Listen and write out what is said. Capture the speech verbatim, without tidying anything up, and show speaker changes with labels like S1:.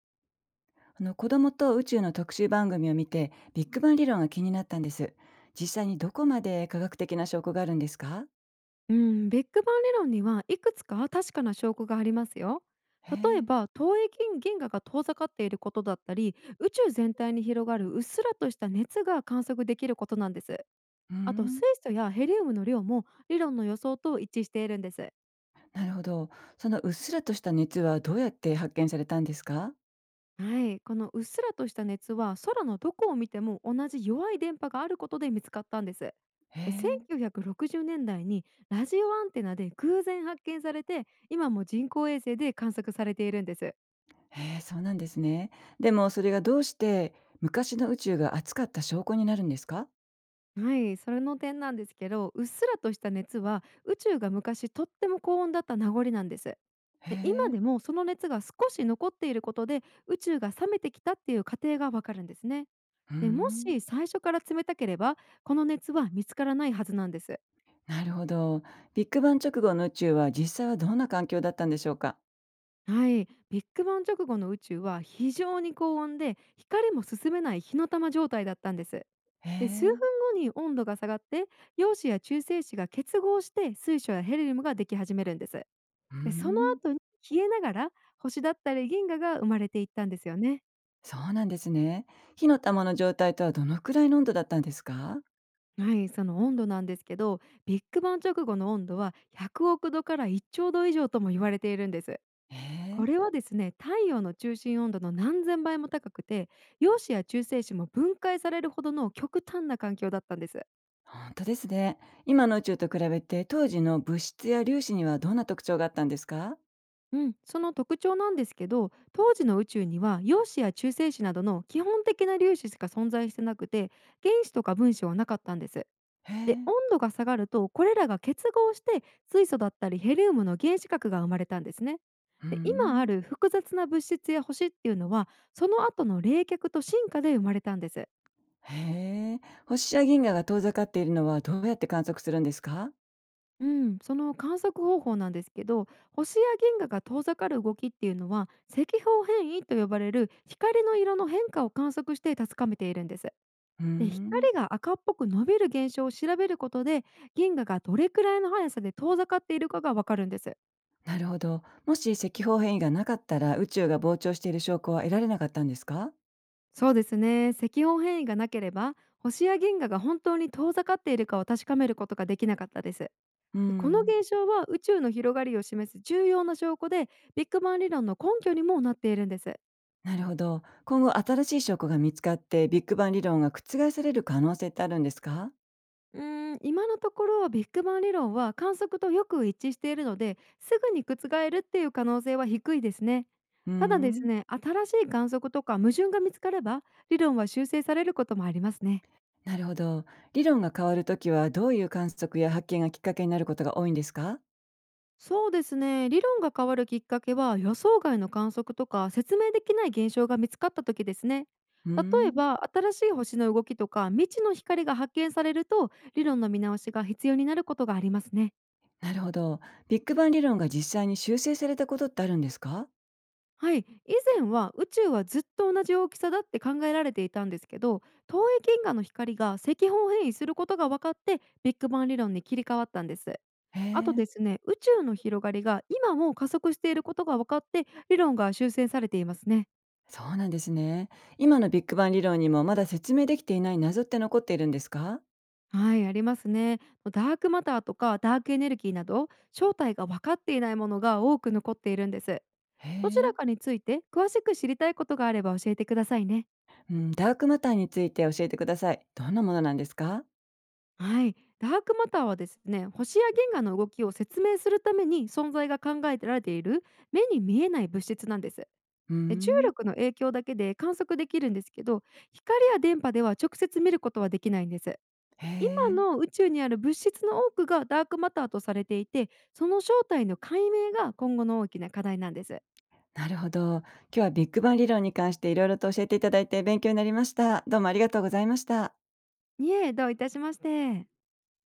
S1: あの、子供と宇宙の特集番組を見て、ビッグバン理論が気になったんです。実際にどこまで科学的な証拠があるんですか？
S2: うん、ビッグバン理論にはいくつか確かな証拠がありますよ。
S1: へ
S2: 例え
S1: え。
S2: ば遠い銀銀河が遠ざかっていることだったり、宇宙全体に広がるうっすらとした熱が観測できることなんです。
S1: うー
S2: あと
S1: ん。
S2: 水素やヘリウムの量も理論の予想と一致しているんです。
S1: なるほど。そのうっすらとした熱はどうやって発見されたんですか？
S2: はい、このうっすらとした熱は空のどこを見ても同じ弱い電波があることで見つかったんです。
S1: へ
S2: で、
S1: え。
S2: せんきゅうひゃくろくじゅうねんだいにラジオアンテナで偶然発見されて、今も人工衛星で観測されているんです。
S1: へえ、そうなんですね。でもそれがどうして昔の宇宙が熱かった証拠になるんですか？
S2: はい、それの点なんですけど、うっすらとした熱は宇宙が昔とっても高温だった名残なんです。
S1: へ
S2: で、今
S1: え。
S2: でもその熱が少し残っていることで、宇宙が冷めてきたっていう過程がわかるんですね。
S1: うー
S2: でも
S1: ん。
S2: し最初から冷たければ、この熱は見つからないはずなんです。
S1: なるほど。ビッグバン直後の宇宙は実際はどんな環境だったんでしょうか？
S2: はい、ビッグバン直後の宇宙は非常に高温で、光も進めない火の玉状態だったんです。
S1: へ
S2: で、数分
S1: え。
S2: 後に温度が下がって、陽子や中性子が結合して水素やヘリウムができ始めるんです。
S1: うー
S2: で、その
S1: ん。
S2: 後に消えながら、星だったり銀河が生まれていったんですよね。
S1: そうなんですね。火の玉の状態とはどのくらいの温度だったんですか？
S2: はい、その温度なんですけど、ビッグバン直後の温度はひゃくおく度からいっちょう度以上とも言われているんです。
S1: え
S2: こ
S1: え。
S2: れはですね、太陽の中心温度の何千倍も高くて、陽子や中性子も分解されるほどの極端な環境だったんです。
S1: 本当ですね。今の宇宙と比べて当時の物質や粒子にはどんな特徴があったんですか？
S2: うん、その特徴なんですけど、当時の宇宙には陽子や中性子などの基本的な粒子しか存在してなくて、原子とか分子はなかったんです。
S1: へ
S2: で、
S1: え。
S2: 温度が下がると、これらが結合して水素だったりヘリウムの原子核が生まれたんですね。
S1: う
S2: で、今あ
S1: ん。
S2: る複雑な物質や星っていうのは、その後の冷却と進化で生まれたんです。
S1: へえ。星や銀河が遠ざかっているのはどうやって観測するんですか？
S2: うん、その観測方法なんですけど、星や銀河が遠ざかる動きっていうのは、赤方変異と呼ばれる光の色の変化を観測して確かめているんです。
S1: う
S2: で、
S1: ん。
S2: 光が赤っぽく伸びる現象を調べることで、銀河がどれくらいの速さで遠ざかっているかがわかるんです。
S1: なるほど。もし赤方変異がなかったら宇宙が膨張している証拠は得られなかったんですか？
S2: そうですね、赤本変異がなければ、星や銀河が本当に遠ざかっているかを確かめることができなかったです。で、
S1: う
S2: この
S1: ん。
S2: 現象は宇宙の広がりを示す重要な証拠で、ビッグバン理論の根拠にもなっているんです。
S1: なるほど。今後新しい証拠が見つかってビッグバン理論が覆される可能性ってあるんですか？
S2: うーん、今のところビッグバン理論は観測とよく一致しているので、すぐに覆るっていう可能性は低いですね。
S1: うー
S2: ただです
S1: ん。
S2: ね、新しい観測とか矛盾が見つかれば、理論は修正されることもありますね。
S1: なるほど。理論が変わるときはどういう観測や発見がきっかけになることが多いんですか？
S2: そうですね、理論が変わるきっかけは予想外の観測とか説明できない現象が見つかった時ですね。
S1: うー
S2: 例え
S1: ん。
S2: ば新しい星の動きとか未知の光が発見されると、理論の見直しが必要になることがありますね。
S1: なるほど。ビッグバン理論が実際に修正されたことってあるんですか？
S2: はい、以前は宇宙はずっと同じ大きさだって考えられていたんですけど、遠い銀河の光が赤方変異することが分かって、ビッグバン理論に切り替わったんです。
S1: へ
S2: あと
S1: え。
S2: ですね、宇宙の広がりが今も加速していることが分かって、理論が修正されていますね。
S1: そうなんですね。今のビッグバン理論にもまだ説明できていない謎って残っているんですか？
S2: はい、ありますね。ダークマターとかダークエネルギーなど正体が分かっていないものが多く残っているんです。
S1: へ
S2: どち
S1: え。
S2: らかについて詳しく知りたいことがあれば教えてくださいね。
S1: うん、ダークマターについて教えてください。どんなものなんですか？
S2: はい、ダークマターはですね、星や銀河の動きを説明するために存在が考えられている目に見えない物質なんです。
S1: うー
S2: で、重
S1: ん。
S2: 力の影響だけで観測できるんですけど、光や電波では直接見ることはできないんです。
S1: へ
S2: 今
S1: え。
S2: の宇宙にある物質の多くがダークマターとされていて、その正体の解明が今後の大きな課題なんです。
S1: なるほど。今日はビッグバン理論に関していろいろと教えていただいて勉強になりました。どうもありがとうございました。
S2: いえ、どういたしまして。